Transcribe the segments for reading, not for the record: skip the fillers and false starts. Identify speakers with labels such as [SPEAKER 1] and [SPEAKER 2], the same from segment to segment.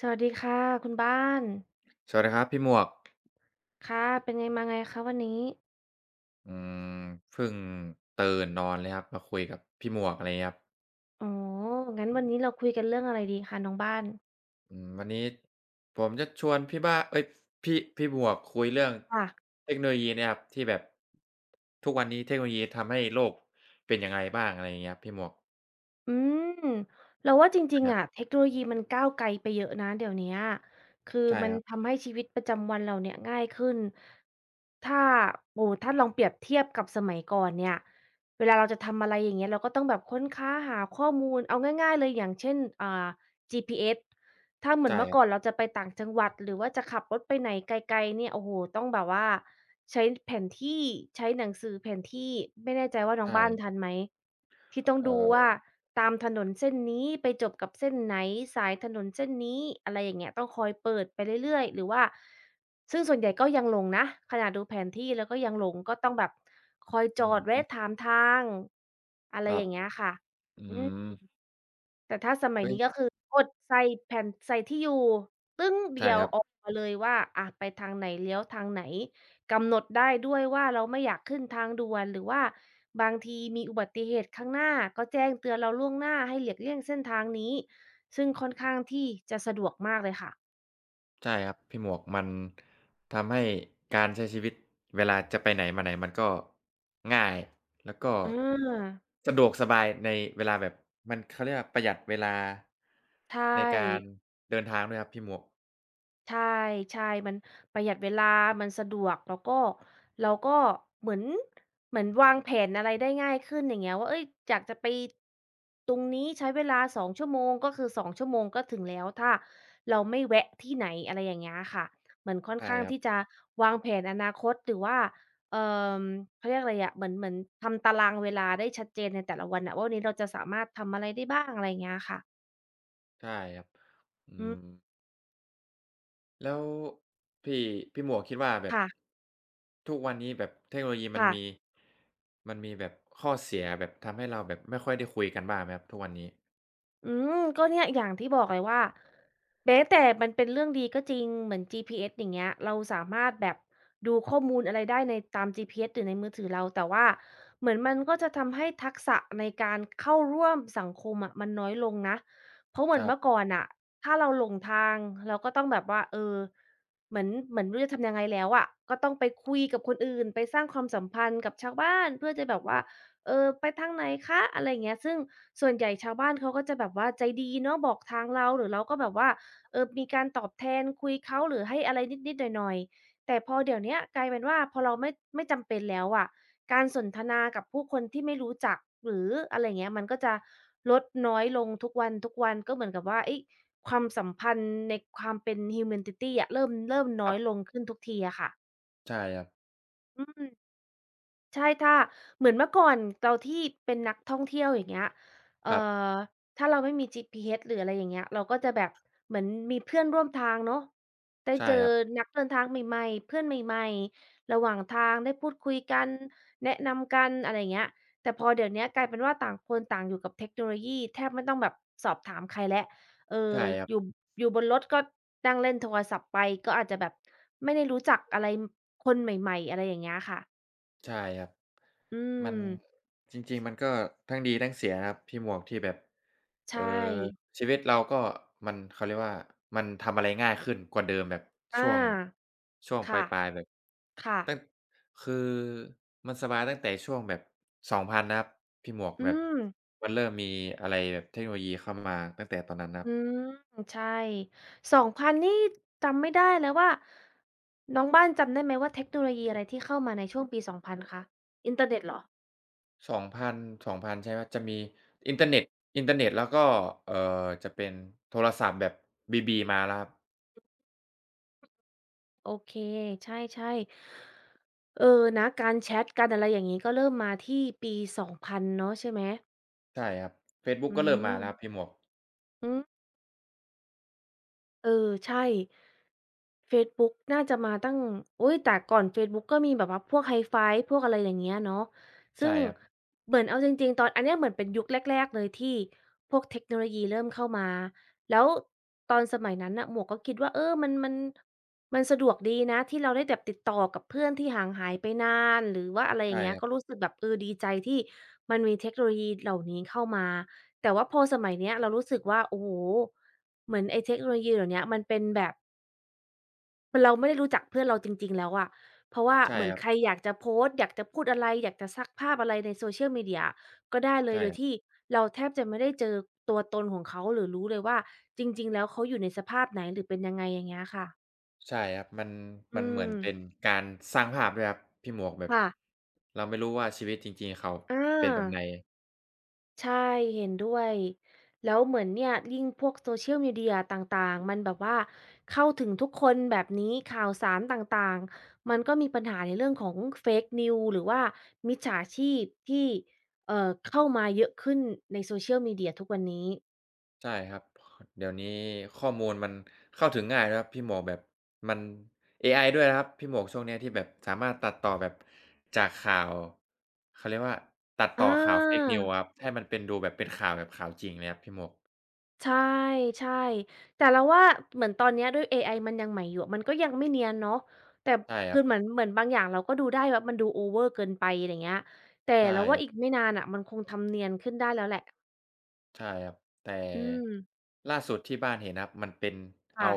[SPEAKER 1] สวัสดีค่ะคุณบ้าน
[SPEAKER 2] สวัสดีครับพี่หมวก
[SPEAKER 1] ค่ะเป็นไงมาไงคะวันนี้
[SPEAKER 2] อืมเพิ่งตื่นนอนเลยครับมาคุยกับพี่หมวกอะไรเงี้ยครับ
[SPEAKER 1] อ๋องั้นวันนี้เราคุยกันเรื่องอะไรดีคะน้องบ้าน
[SPEAKER 2] วันนี้ผมจะชวนพี่บ้าเอ้ยพี่หมวกคุยเรื่อง
[SPEAKER 1] ค่ะ
[SPEAKER 2] เทคโนโลยีเนี่ยครับที่แบบทุกวันนี้เทคโนโลยีทำให้โลกเป็นยังไงบ้างอะไรอย่างเงี้ยครับพี่หมวก
[SPEAKER 1] อืมเราว่าจริ
[SPEAKER 2] นะ
[SPEAKER 1] ง
[SPEAKER 2] ครั
[SPEAKER 1] ๆ
[SPEAKER 2] บ
[SPEAKER 1] อะเทคโนโลยีมันก้าวไกลไปเยอะนะเดี๋ยวเนี้ยคือ
[SPEAKER 2] ใช่
[SPEAKER 1] มั
[SPEAKER 2] ค
[SPEAKER 1] น
[SPEAKER 2] รับ
[SPEAKER 1] ทำให้ชีวิตประจำวันเราเนี่ยง่ายขึ้นถ้าโอ้โฮถ้าลองเปรียบเทียบกับสมัยก่อนเนี่ยเวลาเราจะทำอะไรอย่างเงี้ยเราก็ต้องแบบค้นคว้าหาข้อมูลเอาง่ายๆเลยอย่างเช่นGPS ถ้าเหมือ
[SPEAKER 2] ใช่
[SPEAKER 1] นเมื่
[SPEAKER 2] ค
[SPEAKER 1] อ
[SPEAKER 2] รั
[SPEAKER 1] ก่อน
[SPEAKER 2] บ
[SPEAKER 1] เราจะไปต่างจังหวัดหรือว่าจะขับรถไปไหนไกลๆเนี่ยโอ้โฮต้องแบบว่าใช้แผนที่ใช้หนังสือแผนที่ไม่แน่ใจว่าน้
[SPEAKER 2] ใช
[SPEAKER 1] องบ้านทัน
[SPEAKER 2] ่
[SPEAKER 1] ไหมที่ต้องดูว่า
[SPEAKER 2] เออ
[SPEAKER 1] ตามถนนเส้นนี้ไปจบกับเส้นไหนสายถนนเส้นนี้อะไรอย่างเงี้ยต้องคอยเปิดไปเรื่อยๆหรือว่าซึ่งส่วนใหญ่ก็ยังหลงนะขนาดดูแผนที่แล้วก็ยังหลงก็ต้องแบบคอยจ
[SPEAKER 2] อื
[SPEAKER 1] อดแวะ
[SPEAKER 2] ม
[SPEAKER 1] ถามทางอะ
[SPEAKER 2] ค
[SPEAKER 1] ไร
[SPEAKER 2] รั
[SPEAKER 1] อ
[SPEAKER 2] บ
[SPEAKER 1] ย่างเงี้ยค่ะ
[SPEAKER 2] อื
[SPEAKER 1] อืม
[SPEAKER 2] ม
[SPEAKER 1] แต่ถ้าสมัย
[SPEAKER 2] เฮ้ย
[SPEAKER 1] นี้ก็คือกดใส่แผ่นใส่ที่อยู่ตึ้ง
[SPEAKER 2] ใช่
[SPEAKER 1] เดีย
[SPEAKER 2] ค
[SPEAKER 1] ว
[SPEAKER 2] รั
[SPEAKER 1] ออ
[SPEAKER 2] บ
[SPEAKER 1] กมาเลยว่าอะไปทางไหนเลี้ยวทางไหนกำหนดได้ด้วยว่าเราไม่อยากขึ้นทางด่วนหรือว่าบางทีมีอุบัติเหตุข้างหน้าก็แจ้งเตือนเราล่วงหน้าให้หลีกเลี่ยงเส้นทางนี้ซึ่งค่อนข้างที่จะสะดวกมากเลยค่ะ
[SPEAKER 2] ใช่ครับพี่หมวกมันทำให้การใช้ชีวิตเวลาจะไปไหนมาไหนมันก็ง่ายแล้วก็
[SPEAKER 1] อา
[SPEAKER 2] สะดวกสบายในเวลาแบบมันเขาเรียกว่าประหยัดเวลา
[SPEAKER 1] ใช่
[SPEAKER 2] ในการเดินทางด้วยครับพี่หมวก
[SPEAKER 1] ใช่ใช่มันประหยัดเวลามันสะดวกแล้วก็เราก็เหมือนเหมือนวางแผนอะไรได้ง่ายขึ้นอย่างเงี้ยว่าเฮ้ยอยากจะไปตรงนี้ใช้เวลาสองชั่วโมงก็คือสองชั่วโมงก็ถึงแล้วถ้าเราไม่แวะที่ไหนอะไรอย่างเงี้ยค่ะเหมือนค่อน
[SPEAKER 2] ใช่
[SPEAKER 1] ข้าง
[SPEAKER 2] ครั
[SPEAKER 1] ที่จะ
[SPEAKER 2] บ
[SPEAKER 1] วางแผนอนาคตหรือว่าเอ่อเขาเรียกอะไรอะเหมือนทำตารางเวลาได้ชัดเจนในแต่ละวันอะว่าวันนี้เราจะสามารถทำอะไรได้บ้างอะไรอย่างเงี้ยค่ะ
[SPEAKER 2] ใช่ครับอื
[SPEAKER 1] อืม
[SPEAKER 2] มแล้วพี่พี่หมวกคิดว่าแบบ
[SPEAKER 1] ค่ะ
[SPEAKER 2] ทุกวันนี้แบบเทคโนโลยีมัน
[SPEAKER 1] ค่ะ
[SPEAKER 2] มีมันมีแบบข้อเสียแบบทำให้เราแบบไม่ค่อยได้คุยกันบ้างไหมครับทุกวันนี้
[SPEAKER 1] อืก็เนี่ยอย่างที่บอกเลยว่าแม้แต่มันเป็นเรื่องดีก็จริงเหมือน GPS อสอย่างเงี้ยเราสามารถแบบดูข้อมูลอะไรได้ในตาม GPS หรือในมือถือเราแต่ว่าเหมือนมันก็จะทำให้ทักษะในการเข้าร่วมสังคมอะมันน้อยลงนะเพราะเหมื
[SPEAKER 2] ค
[SPEAKER 1] อน
[SPEAKER 2] รั
[SPEAKER 1] เมื่อ
[SPEAKER 2] บ
[SPEAKER 1] ก่อนอ่ะถ้าเราหลงทางเราก็ต้องแบบว่าเออเหมือนไม่รู้จะทำยังไงแล้วอะก็ต้องไปคุยกับคนอื่นไปสร้างความสัมพันธ์กับชาวบ้านเพื่อจะแบบว่าเออไปทางไหนคะอะไรอย่างเงี้ยซึ่ง ส่วนใหญ่ชาวบ้านเขาก็จะแบบว่าใจดีเนาะบอกทางเราหรือเราก็แบบว่าเออมีการตอบแทนคุยเขาหรือให้อะไรนิดๆหน่อยๆแต่พอเดี๋ยวเนี้ยกลายเป็นว่าพอเราไม่จำเป็นแล้วอะการสนทนากับผู้คนที่ไม่รู้จักหรืออะไรอย่างเงี้ยมันก็จะลดน้อยลงทุกวันๆก็เหมือนกับว่าเอ๊ยความสัมพันธ์ในความเป็น humanity อะเริ่ม
[SPEAKER 2] ค
[SPEAKER 1] น้อ
[SPEAKER 2] รั
[SPEAKER 1] ยล
[SPEAKER 2] บ
[SPEAKER 1] งขึ้นทุกทีอะค่ะ
[SPEAKER 2] ใช่ครับ
[SPEAKER 1] อืม ใช่ถ้าเหมือนเมื่อก่อนเราที่เป็นนักท่องเที่ยวอย่างเงี้ยเอ่
[SPEAKER 2] ค
[SPEAKER 1] อ
[SPEAKER 2] รับ
[SPEAKER 1] ถ้าเราไม่มี GPS หรืออะไรอย่างเงี้ยเราก็จะแบบเหมือนมีเพื่อนร่วมทางเนาะได้
[SPEAKER 2] ใช่
[SPEAKER 1] เจอ
[SPEAKER 2] ครับ
[SPEAKER 1] นักเดินทางใหม่ๆเพื่อนใหม่ๆระหว่างทางได้พูดคุยกันแนะนำกันอะไรอย่างเงี้ยแต่พอเดี๋ยวเนี้ยกลายเป็นว่าต่างคนต่างอยู่กับเทคโนโลยีแทบไม่ต้องแบบสอบถามใครแล้วเออ
[SPEAKER 2] ใช่ครับ
[SPEAKER 1] อยู่อยู่บนรถก็นั่งเล่นโทรศัพท์ไปก็อาจจะแบบไม่ได้รู้จักอะไรคนใหม่ๆอะไรอย่างเงี้ยค่ะ
[SPEAKER 2] ใช่ครับ
[SPEAKER 1] อื
[SPEAKER 2] มัน
[SPEAKER 1] ม
[SPEAKER 2] จริงๆมันก็ทั้งดีทั้งเสียนะครับพี่หมวกที่แบบเอ่อ
[SPEAKER 1] ใช่
[SPEAKER 2] ชีวิตเราก็มันเขาเรียกว่ามันทำอะไรง่ายขึ้นกว่าเดิมแบบช่
[SPEAKER 1] อา
[SPEAKER 2] วงช่วงป
[SPEAKER 1] ค่ะ
[SPEAKER 2] ลายๆแบบ
[SPEAKER 1] ค่ะ
[SPEAKER 2] ตั้งคือมันสบายตั้งแต่ช่วงแบบสองพันนะครับพี่หมวก
[SPEAKER 1] อื
[SPEAKER 2] แบบ
[SPEAKER 1] ม
[SPEAKER 2] มันเริ่มมีอะไรแบบเทคโนโลยีเข้ามาตั้งแต่ตอนนั้นนะครั
[SPEAKER 1] อื
[SPEAKER 2] บ
[SPEAKER 1] มใช่สองพันนี่จำไม่ได้แล้วว่าน้องบ้านจำได้ไหมว่าเทคโนโลยีอะไรที่เข้ามาในช่วงปี2000คะอินเทอร์เน็ตเหรอ
[SPEAKER 2] 2000งพันสองพันใช่ไหมจะมีอินเทอร์เน็ตอินเทอร์เน็ตแล้วก็เอ่อจะเป็นโทรศัพท์แบบบีบีมาแล้วครับ
[SPEAKER 1] โอเคใช่ๆเออนะการแชตการอะไรอย่างงี้ก็เริ่มมาที่ปี2000เนาะใช่ไหม
[SPEAKER 2] ใช่ครับเฟซบุ๊ก
[SPEAKER 1] อื
[SPEAKER 2] ก็เริ่มมาแล้วครับ
[SPEAKER 1] ม
[SPEAKER 2] พี่หมวก
[SPEAKER 1] อืม เออใช่เฟซบุ๊กน่าจะมาตั้งอุ๊ยแต่ก่อนเฟซบุ๊กก็มีแบบว่าพวก Hi-Fi พวกอะไรอย่างเงี้ยเนาะซึ่
[SPEAKER 2] ใช่
[SPEAKER 1] ง
[SPEAKER 2] ครับ
[SPEAKER 1] เหมือนเอาจริงๆตอนอันเนี้ยเหมือนเป็นยุคแรกๆเลยที่พวกเทคโนโลยีเริ่มเข้ามาแล้วตอนสมัยนั้นน่ะหมวกก็คิดว่าเออมันมันสะดวกดีนะที่เราได้แบบติดต่อกับเพื่อนที่ห่างหายไปนานหรือว่าอะไรอ
[SPEAKER 2] ใช่
[SPEAKER 1] ย่างเงี้
[SPEAKER 2] ค
[SPEAKER 1] ย
[SPEAKER 2] รั
[SPEAKER 1] ก็
[SPEAKER 2] บ
[SPEAKER 1] รู้สึกแบบเออดีใจที่มันมีเทคโนโลยีเหล่านี้เข้ามาแต่ว่าพอสมัยเนี้ยเรารู้สึกว่าโอ้โฮ เหมือนไอ้เทคโนโลยีเดี๋ยวเนี้ยมันเป็นแบบเราไม่ได้รู้จักเพื่อนเราจริงๆแล้วอะเพราะว่า
[SPEAKER 2] ใช่
[SPEAKER 1] เหมือ
[SPEAKER 2] ค
[SPEAKER 1] น
[SPEAKER 2] รับ
[SPEAKER 1] ใครอยากจะโพสต์อยากจะพูดอะไรอยากจะซักภาพอะไรใน Social Media อะก็ได้เลย
[SPEAKER 2] ใช่
[SPEAKER 1] โด
[SPEAKER 2] ค
[SPEAKER 1] ย
[SPEAKER 2] รั
[SPEAKER 1] ที่
[SPEAKER 2] บ
[SPEAKER 1] เราแทบจะไม่ได้เจอตัวตนของเขาหรือรู้เลยว่าจริงๆแล้วเขาอยู่ในสภาพไหนหรือเป็นยังไงอย่างเงี้ยค่ะ
[SPEAKER 2] ใช่ครับมันมั
[SPEAKER 1] อื
[SPEAKER 2] นเหมือน
[SPEAKER 1] ม
[SPEAKER 2] เป็นการสร้างภาพด้วยครับพี่หมวกแบบ
[SPEAKER 1] ค่ะ
[SPEAKER 2] เราไม่รู้ว่าชีวิตจริงๆเขา
[SPEAKER 1] อ
[SPEAKER 2] เป็นแบบไหน
[SPEAKER 1] า ใช่เห็นด้วยแล้วเหมือนเนี่ยยิ่งพวก Social Media ต่างๆมันแบบว่าเข้าถึงทุกคนแบบนี้ข่าวสารต่างๆมันก็มีปัญหาในเรื่องของ Fake News หรือว่ามิจฉาชีพที่เข้ามาเยอะขึ้นใน Social Media ทุกวันนี้
[SPEAKER 2] ใช่ครับเดี๋ยวนี้ข้อมูลมันเข้าถึงง่ายนะครับพี่หมวกแบบมันเอไอด้วยนะครับพี่หมวกช่วงเนี้ยที่แบบสามารถตัดต่อแบบจากข่าวเขาเรียกว่าตัดต่อ
[SPEAKER 1] อา
[SPEAKER 2] ข่าว Fake News อะครับให้มันเป็นดูแบบเป็นข่าวแบบข่าวจริงเลยครับพี่หมวก
[SPEAKER 1] ใช่ใช่แต่เราว่าเหมือนตอนเนี้ยด้วยเอไอมันยังใหม่อยู่อะมันก็ยังไม่เนียนเนาะแต่
[SPEAKER 2] ใช่ครั
[SPEAKER 1] คื
[SPEAKER 2] บ
[SPEAKER 1] อเหมือนบางอย่างเราก็ดูได้ว่ามันดู over เกินไปอะไรเงี้ยแต่
[SPEAKER 2] ใช่
[SPEAKER 1] เรา
[SPEAKER 2] ค
[SPEAKER 1] ว่า
[SPEAKER 2] รั
[SPEAKER 1] อีก
[SPEAKER 2] บ
[SPEAKER 1] ไม่นานน่ะมันคงทำเนียนขึ้นได้แล้วแหละ
[SPEAKER 2] ใช่ครับแต่
[SPEAKER 1] อืม
[SPEAKER 2] ล่าสุดที่บ้านเห็นนะครับมันเป็น
[SPEAKER 1] ค่ะ
[SPEAKER 2] เอา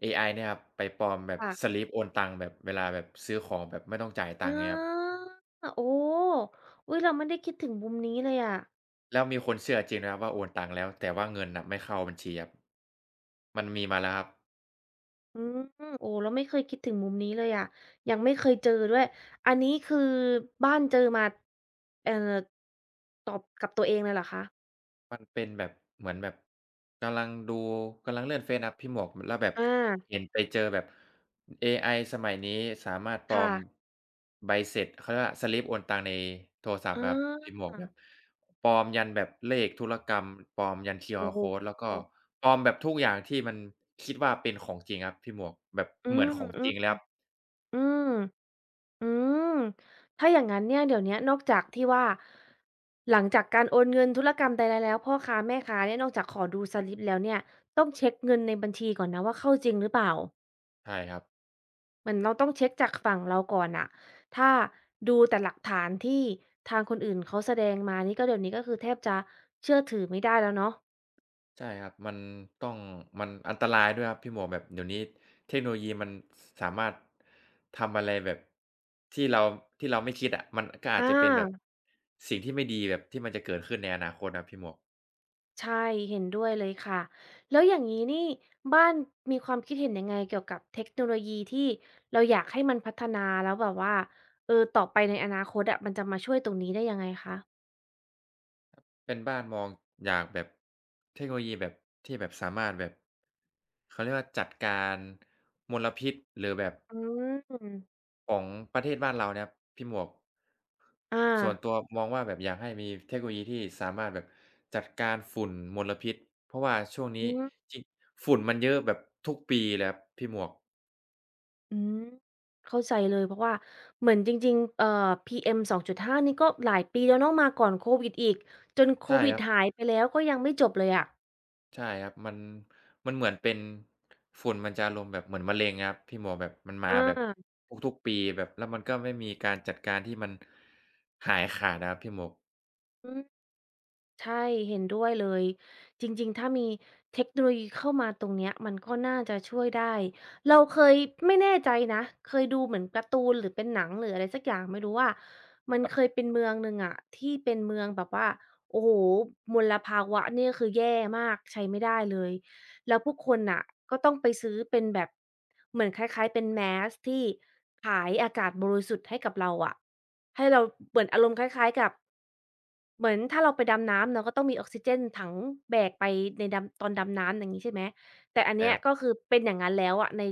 [SPEAKER 2] เอไอเนี่ยครับไปปลอมแบบส
[SPEAKER 1] ค่ะ
[SPEAKER 2] ลิปโอนตังค์แบบเวลาแบบซื้อของแบบไม่ต้องจ่าย
[SPEAKER 1] อ
[SPEAKER 2] ตังค์เงี้ยครับ
[SPEAKER 1] าโอ้อุ๊ยเราไม่ได้คิดถึงมุมนี้เลยอะ
[SPEAKER 2] แล้วมีคนเชื่อจริงนะครับว่าโอนตังค์แล้วแต่ว่าเงินน่ะไม่เข้าบัญชีครับมันมีมาแล้วครับ
[SPEAKER 1] อืมโอ้เราไม่เคยคิดถึงมุมนี้เลยอะยังไม่เคยเจอด้วยอันนี้คือบ้านเจอมาเอ่อตอบกับตัวเองเลยเหรอคะ
[SPEAKER 2] มันเป็นแบบเหมือนแบบกำลังดูกำลังเลื่อนเฟซครับพี่หมวกแล้วแบบ
[SPEAKER 1] อา
[SPEAKER 2] เห็นไปเจอแบบเอไอสมัยนี้สามารถปลอ
[SPEAKER 1] ค่ะ
[SPEAKER 2] มใบเสร็จเขาเรียกว่าสลิปโอนตังค์ในโทรศัพท์
[SPEAKER 1] อา
[SPEAKER 2] ครับพี่หมวกแบบปลอมยันแบบเลขธุรกรรมปลอมยันคิวอา
[SPEAKER 1] โอ้
[SPEAKER 2] ร r
[SPEAKER 1] โฮ
[SPEAKER 2] Code แล้วก็ปลอมแบบทุกอย่างที่มันคิดว่าเป็นของจริงครับพี่หมวกแบบ
[SPEAKER 1] อื
[SPEAKER 2] เหมือน
[SPEAKER 1] ม
[SPEAKER 2] ของ
[SPEAKER 1] อื
[SPEAKER 2] จริงแลยค
[SPEAKER 1] อ
[SPEAKER 2] รับ
[SPEAKER 1] อืม อืม ถ้าอย่างงั้นเนี่ยเดี๋ยวเนี้ยนอกจากที่ว่าหลังจากการโอนเงินธุรกรรมใดๆแล้วพ่อค้าแม่ค้าเนี่ยนอกจากขอดูสลิปแล้วเนี่ยต้องเช็กเงินในบัญชีก่อนนะว่าเข้าจริงหรือเปล่า
[SPEAKER 2] ใช่ครับ
[SPEAKER 1] เหมือนเราต้องเช็กจากฝั่งเราก่อนน่ะถ้าดูแต่หลักฐานที่ทางคนอื่นเขาแสดงมานี่ก็เดี๋ยวนี้ก็คือแทบจะเชื่อถือไม่ได้แล้วเนาะ
[SPEAKER 2] ใช่ครับมันต้องมันอันตรายด้วยครับพี่หมวกแบบเดี๋ยวนี้เทคโนโลยีมันสสามารถทำอะไรแบบที่เราที่เราไม่คิดอะมันก็อา
[SPEAKER 1] อ
[SPEAKER 2] จจะเป็นแบบ
[SPEAKER 1] า
[SPEAKER 2] สิ่งที่ไม่ดีแบบที่มันจะเกิดขึ้นในอนาคตนะครับพี่หมวก
[SPEAKER 1] ใช่เห็นด้วยเลยค่ะแล้วอย่างนี้นี่บ้านมีความคิดเห็นยังไงเกี่ยวกับเทคโนโลยีที่เราอยากให้มันพัฒนาแล้วแบบว่าเออต่อไปในอนาคตอะมันจะมาช่วยตรงนี้ได้ยังไงคะ
[SPEAKER 2] เป็นบ้านมองอย่างแบบเทคโนโลยีแบบที่แบบสามารถแบบเขาเรียกว่าจัดการมลพิษหรือแบบ
[SPEAKER 1] อืม
[SPEAKER 2] ของประเทศบ้านเราเนี่ยครับพี่หมวก
[SPEAKER 1] อา
[SPEAKER 2] ส่วนตัวมองว่าแบบอยากให้มีเทคโนโลยีที่สามารถแบบจัดการฝุ่นมลพิษเพราะว่าช่วงนี้
[SPEAKER 1] อืม
[SPEAKER 2] จริงฝุ่นมันเยอะแบบทุกปีเลยครับพี่หมวก
[SPEAKER 1] อืมเข้าใจเลยเพราะว่าเหมือนจริงๆPM 2.5นี่ก็หลายปีแล้วเนาะมาก่อนโควิดอีกจนโค
[SPEAKER 2] ใช่
[SPEAKER 1] วิ
[SPEAKER 2] ค
[SPEAKER 1] ด
[SPEAKER 2] รับ
[SPEAKER 1] หายไปแล้วก็ยังไม่จบเลยอะ
[SPEAKER 2] ใช่ครับมันเหมือนเป็นฝุ่นมันจะอารมณ์แบบเหมือนมะเร็งอะครับพี่หมวกแบบมันมา
[SPEAKER 1] อ
[SPEAKER 2] แบบ
[SPEAKER 1] า
[SPEAKER 2] ทุกๆปีแบบแล้วมันก็ไม่มีการจัดการที่มันหายขาดอะครับพี่หมวก
[SPEAKER 1] อืม ใช่เห็นด้วยเลยจริงๆ ถ้ามีเทคโนโลยีเข้ามาตรงเนี้ยมันก็น่าจะช่วยได้เราเคยไม่แน่ใจนะเคยดูเหมือนการ์ตูนหรือเป็นหนังหรืออะไรสักอย่างไม่รู้ว่ามัน
[SPEAKER 2] ครั
[SPEAKER 1] เคย
[SPEAKER 2] บ
[SPEAKER 1] เป็นเมืองหนึ่งอะที่เป็นเมืองแบบว่าโอ้โฮมลภาวะเนี่ยคือแย่มากใช้ไม่ได้เลยแล้วผู้คนน่ะก็ต้องไปซื้อเป็นแบบเหมือนคล้ายๆเป็น mask ที่ขายอากาศบริสุทธิ์ให้กับเราอะให้เราเหมือนอารมณ์คล้ายๆกับ เหมือนถ้าเราไปดำน้ำเราก็ต้องมีออกซิเจนถังแบกไปในดำตอนดำน้ำอย่างงี้ใช่ไหมแต่อัน
[SPEAKER 2] ใช่
[SPEAKER 1] เนี้
[SPEAKER 2] ค
[SPEAKER 1] ย
[SPEAKER 2] รับ
[SPEAKER 1] ก็คือเป็นอย่างงั้นแล้วอะใน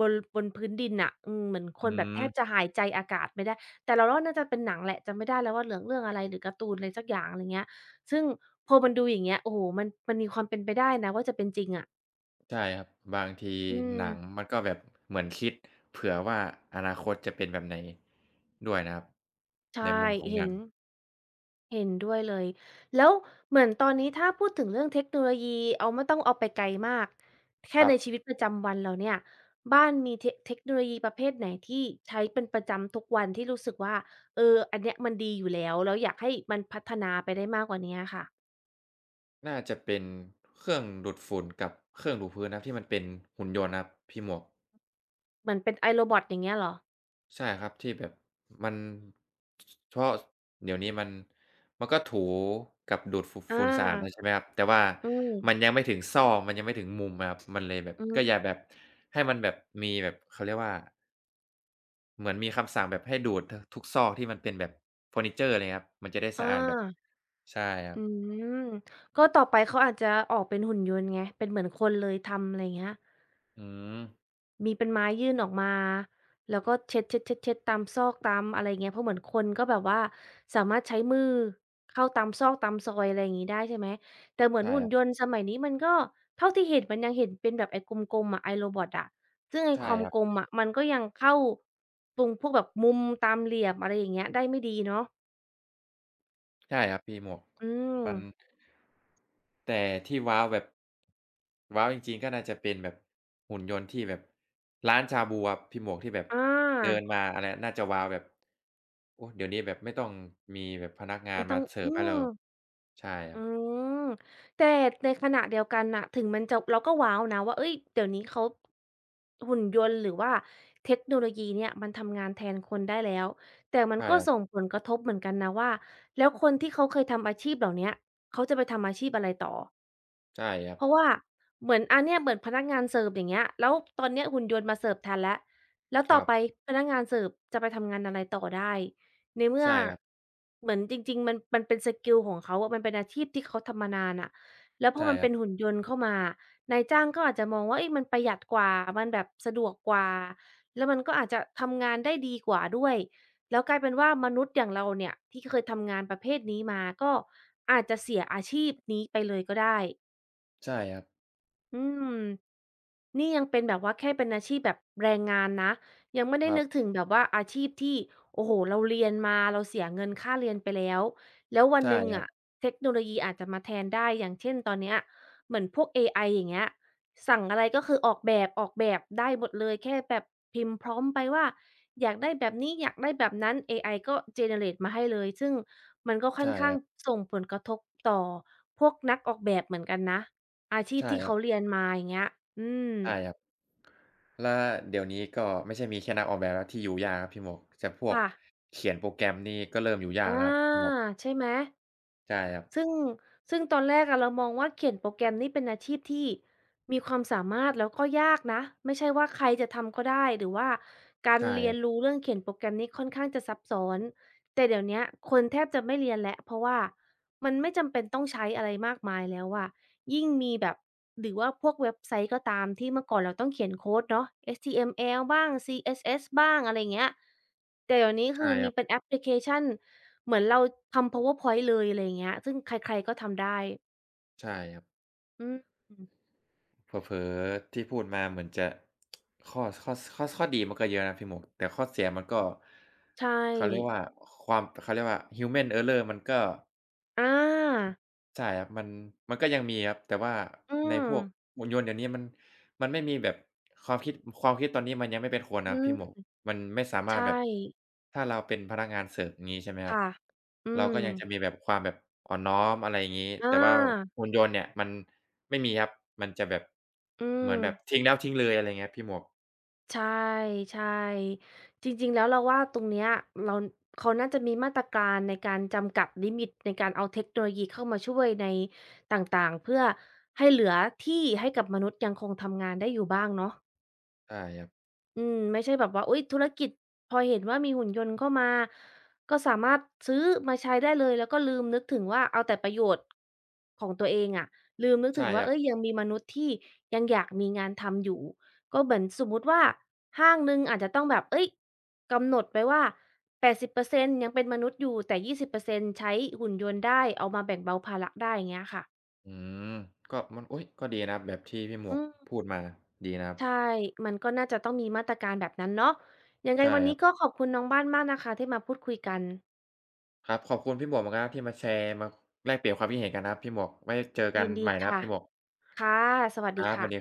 [SPEAKER 1] บนพื้นดินน่ะอืมเหมือนค
[SPEAKER 2] อื
[SPEAKER 1] นแบบแทบจะ
[SPEAKER 2] ม
[SPEAKER 1] หายใจอากาศไม่ได้แต่เราว่าน่าจะเป็นหนังแหละจำไม่ได้แล้วว่าเหลืองเรื่องอะไรหรือการ์ตูนอะไรสักอย่างอะไรเงี้ยซึ่งพอมันดูอย่างเงี้ยโอ้โฮมันมีความเป็นไปได้นะว่าจะเป็นจริงอะ
[SPEAKER 2] ใช่ครับบางที
[SPEAKER 1] อืม
[SPEAKER 2] หนังมันก็แบบเหมือนคิดเผื่อว่าอนาคตจะเป็นแบบไหนด้วยนะครับ
[SPEAKER 1] ใช
[SPEAKER 2] ใน
[SPEAKER 1] ่
[SPEAKER 2] มุมของห
[SPEAKER 1] เห็
[SPEAKER 2] นั
[SPEAKER 1] น
[SPEAKER 2] ง
[SPEAKER 1] เห็นด้วยเลยแล้วเหมือนตอนนี้ถ้าพูดถึงเรื่องเทคโนโลยีเอาไม่ต้องเอาไปไกลมาก
[SPEAKER 2] ค
[SPEAKER 1] แค่
[SPEAKER 2] รั
[SPEAKER 1] ใน
[SPEAKER 2] บ
[SPEAKER 1] ชีวิตประจำวันเราเนี่ยบ้านมีเทคโนโลยีประเภทไหนที่ใช้เป็นประจำทุกวันที่รู้สึกว่าเอออันเนี้ยมันดีอยู่แล้วแล้วอยากให้มันพัฒนาไปได้มากกว่านี้อะค่ะ
[SPEAKER 2] น่าจะเป็นเครื่องดูดฝุ่นกับเครื่องถูพื้นนะครับที่มันเป็นหุ่นยนต์นะครับพี่หมวก
[SPEAKER 1] เหมือนเป็น iRobot อย่างเงี้ยเหรอ
[SPEAKER 2] ใช่ครับที่แบบมันเพราะเดี๋ยวนี้มันมันก็ถูกับดูดฝุ่น
[SPEAKER 1] อ
[SPEAKER 2] ฝุ่นสะอาดแล้
[SPEAKER 1] า
[SPEAKER 2] วใช่ไหมครับแต่ว่า
[SPEAKER 1] อืม
[SPEAKER 2] มันยังไม่ถึงซอกมันยังไม่ถึงมุมอะครับมันเลยแบบ
[SPEAKER 1] อื
[SPEAKER 2] ก็
[SPEAKER 1] ม
[SPEAKER 2] อย่าแบบให้มันแบบมีแบบเขาเรียกว่าเหมือนมีคำสั่งแบบให้ดูดททุกซอกที่มันเป็นแบบเฟอร์นิเชอร์เลยครับมันจะได้
[SPEAKER 1] อ
[SPEAKER 2] สะอาดแบบ
[SPEAKER 1] า
[SPEAKER 2] ใช่ครับ
[SPEAKER 1] อืมก็ต่อไปเขาอาจจะออกเป็นหุ่นยนต์ไงเป็นเหมือนคนเลยทำอะไรเงี้ย
[SPEAKER 2] อืม
[SPEAKER 1] มีเป็นไม้ยื่นออกมาแล้วก็เช็ดๆๆๆตามซอกตามอะไรอย่างเงี้ยเพราะเหมือนคนก็แบบว่าสามารถใช้มือเข้าตามซอกตามซอยอะไรอย่างงี้ได้ใช่ไหมแต่เหมือน
[SPEAKER 2] ใช่
[SPEAKER 1] หุ่
[SPEAKER 2] ค
[SPEAKER 1] น
[SPEAKER 2] รั
[SPEAKER 1] ย
[SPEAKER 2] บ
[SPEAKER 1] นต์สมัยนี้มันก็เท่าที่เห็นมันยังเห็นเป็นแบบไอ้กลมๆอะไอ้ Robot อะซึ่งไอ้
[SPEAKER 2] ใช่
[SPEAKER 1] ความ
[SPEAKER 2] ครั
[SPEAKER 1] กล
[SPEAKER 2] บ
[SPEAKER 1] มอะมันก็ยังเข้าตรงพวกแบบมุมตามเหลี่ยมอะไรอย่างเงี้ยได้ไม่ดีเนาะ
[SPEAKER 2] ใช่ครับปีหมวก
[SPEAKER 1] อืม
[SPEAKER 2] มันแต่ที่ว้าวแบบว้าวจริงๆก็น่าจะเป็นแบบหุ่นยนต์ที่แบบร้านชาบูครับพี่หมวกที่แบบ
[SPEAKER 1] อ
[SPEAKER 2] เดิน
[SPEAKER 1] า
[SPEAKER 2] มาอะไรน่าจะว้าวแบบโอ้เดี๋ยวนี้แบบไม่ต้องมีแบบพนักงา
[SPEAKER 1] มั
[SPEAKER 2] น
[SPEAKER 1] นต้
[SPEAKER 2] มา
[SPEAKER 1] อง
[SPEAKER 2] เสิร์
[SPEAKER 1] อื
[SPEAKER 2] ฟให้เรา
[SPEAKER 1] ม
[SPEAKER 2] ใช่ครั
[SPEAKER 1] อื
[SPEAKER 2] บ
[SPEAKER 1] มแต่ในขณะเดียวกันน่ะถึงมันจะเราก็ว้าวนะว่าเฮ้ยเดี๋ยวนี้เขาหุ่นยนต์หรือว่าเทคโนโลยีเนี่ยมันทำงานแทนคนได้แล้วแต่มัน
[SPEAKER 2] ใช่
[SPEAKER 1] ก็
[SPEAKER 2] ครั
[SPEAKER 1] ส่ง
[SPEAKER 2] บ
[SPEAKER 1] ผลกระทบเหมือนกันนะว่าแล้วคนที่เขาเคยทำอาชีพเหล่าเนี้ยเขาจะไปทำอาชีพอะไรต่อ
[SPEAKER 2] ใช่ครับ
[SPEAKER 1] เพราะว่าเหมือนเนี่ยเหมือนพนักงานเสิร์ฟอย่างเงี้ยแล้วตอนเนี้ยหุ่นยนต์มาเสิร์ฟแทนแล้วแล้ว
[SPEAKER 2] ค
[SPEAKER 1] ต่อ
[SPEAKER 2] รับ
[SPEAKER 1] ไปพนักงานเสิร์ฟจะไปทำงานอะไรต่อได้ในเมื่อ
[SPEAKER 2] ใช่ครับ
[SPEAKER 1] เหมือนจริงๆมันเป็นสกิลของเขาอะมันเป็นอาชีพที่เขาทำมานานน่ะแล้วพอ
[SPEAKER 2] ใช่
[SPEAKER 1] มัน
[SPEAKER 2] ครั
[SPEAKER 1] เป็
[SPEAKER 2] บ
[SPEAKER 1] นหุ่นยนต์เข้ามานายจ้างก็อาจจะมองว่าเฮ้ยมันประหยัดกว่ามันแบบสะดวกกว่าแล้วมันก็อาจจะทำงานได้ดีกว่าด้วยแล้วกลายเป็นว่ามนุษย์อย่างเราเนี่ยที่เคยทำงานประเภทนี้มาก็อาจจะเสียอาชีพนี้ไปเลยก็ได้
[SPEAKER 2] ใช่ครับ
[SPEAKER 1] อืมนี่ยังเป็นแบบว่าแค่เป็นอาชีพแบบแรงงานนะยังไม่
[SPEAKER 2] ค
[SPEAKER 1] ได้
[SPEAKER 2] รั
[SPEAKER 1] นึก
[SPEAKER 2] บ
[SPEAKER 1] ถึงแบบว่าอาชีพที่โอ้โฮเราเรียนมาเราเสียเงินค่าเรียนไปแล้วแล้ววัน
[SPEAKER 2] ใช่
[SPEAKER 1] หนึ่ง
[SPEAKER 2] ครั
[SPEAKER 1] อะ
[SPEAKER 2] บ
[SPEAKER 1] เทคโนโลยีอาจจะมาแทนได้อย่างเช่นตอนเนี้ยเหมือนพวกเอไออย่างเงี้ยสั่งอะไรก็คือออกแบบได้หมดเลยแค่แบบพิมพ์พร็อมต์ไปว่าอยากได้แบบนี้อยากได้แบบนั้นเอไอก็ generate มาให้เลยซึ่งมันก็ค่อ
[SPEAKER 2] ใช่
[SPEAKER 1] นข้า
[SPEAKER 2] ค
[SPEAKER 1] ง
[SPEAKER 2] รับ
[SPEAKER 1] ส่งผลกระทบต่อพวกนักออกแบบเหมือนกันนะ อาชีพ
[SPEAKER 2] ใช่
[SPEAKER 1] ที่
[SPEAKER 2] ครับ
[SPEAKER 1] เขาเรียนมาอย่างเงี้ยอืม
[SPEAKER 2] ใช่ครับแล้วเดี๋ยวนี้ก็ไม่ใช่มีแค่นักออกแบบแล้วที่อยู่ยากครับพี่หมวกแต่พวก
[SPEAKER 1] ค่ะ
[SPEAKER 2] เขียนโปรแกรมนี่ก็เริ่มอยู่ยาก
[SPEAKER 1] อา
[SPEAKER 2] แล้วครับพี่หมวก
[SPEAKER 1] ใช่ไหม
[SPEAKER 2] ใช่ครับ
[SPEAKER 1] ซึ่งซึ่งตอนแรกอะเรามองว่าเขียนโปรแกรมนี่เป็นอาชีพที่มีความสามารถแล้วก็ยากนะไม่ใช่ว่าใครจะทำก็ได้หรือว่าการ
[SPEAKER 2] ใช่
[SPEAKER 1] เรี
[SPEAKER 2] ค
[SPEAKER 1] ย
[SPEAKER 2] รั
[SPEAKER 1] น
[SPEAKER 2] บ
[SPEAKER 1] รู้เรื่องเขียนโปรแกรมนี้ค่อนข้างจะซับซ้อนแต่เดี๋ยวเนี้ยคนแทบจะไม่เรียนแล้วเพราะว่ามันไม่จำเป็นต้องใช้อะไรมากมายแล้วอะยิ่งมีแบบหรือว่าพวกเว็บไซต์ก็ตามที่เมื่อก่อนเราต้องเขียนโคดเนาะ HTML บ้าง CSS บ้างอะไรอย่างเงี้ยแต่เดี๋ยวนี้
[SPEAKER 2] ใช่
[SPEAKER 1] คือ
[SPEAKER 2] ค
[SPEAKER 1] มี
[SPEAKER 2] รั
[SPEAKER 1] เป็
[SPEAKER 2] บ
[SPEAKER 1] นแอปพลิเคชัน เหมือนเราทำ PowerPoint เลยอะไรอย่างเงี้ยซึ่งใครๆ ก็ทำได้
[SPEAKER 2] ใช่ครับ
[SPEAKER 1] อืม
[SPEAKER 2] เผลอๆที่พูดมาเหมือนจะข้อดีมันก็เยอะนะพี่หมวกแต่ข้อเสียมันก็
[SPEAKER 1] ใช่
[SPEAKER 2] เขาเรียกว่าความเขาเรียกว่า human error มันก็
[SPEAKER 1] อา
[SPEAKER 2] ใช่ครับมันก็ยังมีครับแต่ว่า
[SPEAKER 1] อื
[SPEAKER 2] ในพ
[SPEAKER 1] ม
[SPEAKER 2] วกหุ่นยนต์เดี๋ยวนี้มันไม่มีแบบความคิดความคิดตอนนี้มันยังไม่เป็นคนนะ
[SPEAKER 1] อื
[SPEAKER 2] ครับพี่หมวก
[SPEAKER 1] ม
[SPEAKER 2] มันไม่สามารถ
[SPEAKER 1] ใช่
[SPEAKER 2] แบบถ้าเราเป็นพนักงานเสิร์ฟอย่างงี้ใช่ไหมครับ
[SPEAKER 1] ค่ะ อื
[SPEAKER 2] เราก็
[SPEAKER 1] ม
[SPEAKER 2] ยังจะมีแบบความแบบอ่อนน้อมอะไรอย่างงี้
[SPEAKER 1] อ
[SPEAKER 2] แต่ว่า
[SPEAKER 1] า
[SPEAKER 2] หุ่นยนต์เนี่ยมันไม่มีครับมันจะแบบ
[SPEAKER 1] อื
[SPEAKER 2] เหมือน
[SPEAKER 1] ม
[SPEAKER 2] แบบทิ้งแล้วทิ้งเลยอะไรเงี้ยพี่หมวก
[SPEAKER 1] ใช่ใช่จริงๆ แล้วเราว่าตรงเนี้ยเราเขาน่าจะมีมาตรการในการจำกัดลิมิตในการเอาเทคโนโลยีเข้ามาช่วยในต่างๆ เพื่อให้เหลือที่ให้กับมนุษย์ยังคงทำงานได้อยู่บ้างเนาะ
[SPEAKER 2] ใช่ครับ
[SPEAKER 1] อืมไม่ใช่แบบว่าอุ๊ยธุรกิจพอเห็นว่ามีหุ่นยนต์เข้ามาก็สามารถซื้อมาใช้ได้เลยแล้วก็ลืมนึกถึงว่าเอาแต่ประโยชน์ของตัวเองอะลืมนึก
[SPEAKER 2] ใช่
[SPEAKER 1] ถึง
[SPEAKER 2] ค
[SPEAKER 1] ว่า
[SPEAKER 2] รับ
[SPEAKER 1] เฮ้ยยังมีมนุษย์ที่ยังอยากมีงานทำอยู่ก็เหมือนสมมุติว่าห้างหนึ่งอาจจะต้องแบบเฮ้ยกำหนดไปว่า80%ยังเป็นมนุษย์อยู่แต่20%ใช้หุ่นยนต์ได้เอามาแบ่งเบาภาระได้อย่างเงี้ยค่ะ
[SPEAKER 2] อืมก็มันอุ๊ยก็ดีนะครับแบบที่พี่หมว
[SPEAKER 1] อื
[SPEAKER 2] ก
[SPEAKER 1] ม
[SPEAKER 2] พูดมาดีนะครับ
[SPEAKER 1] ใช่ มันก็น่าจะต้องมีมาตรการแบบนั้นเนาะยังไง
[SPEAKER 2] ใช่
[SPEAKER 1] วัน
[SPEAKER 2] ครั
[SPEAKER 1] นี้
[SPEAKER 2] บ
[SPEAKER 1] ก็ขอบคุณน้องบ้านมากนะคะที่มาพูดคุยกัน
[SPEAKER 2] ครับขอบคุณพี่หมวกมากครับที่มาแชร์มาแลกเปลี่ยนความคิดเห็นกันนะครับพี่หมวกไว้เจอกัน
[SPEAKER 1] ยินดี
[SPEAKER 2] ใหม่นะครับ
[SPEAKER 1] ค่ะ
[SPEAKER 2] พี่หมวก
[SPEAKER 1] ค่ะ สวัส
[SPEAKER 2] ค
[SPEAKER 1] ดี
[SPEAKER 2] รับ
[SPEAKER 1] ค่ะ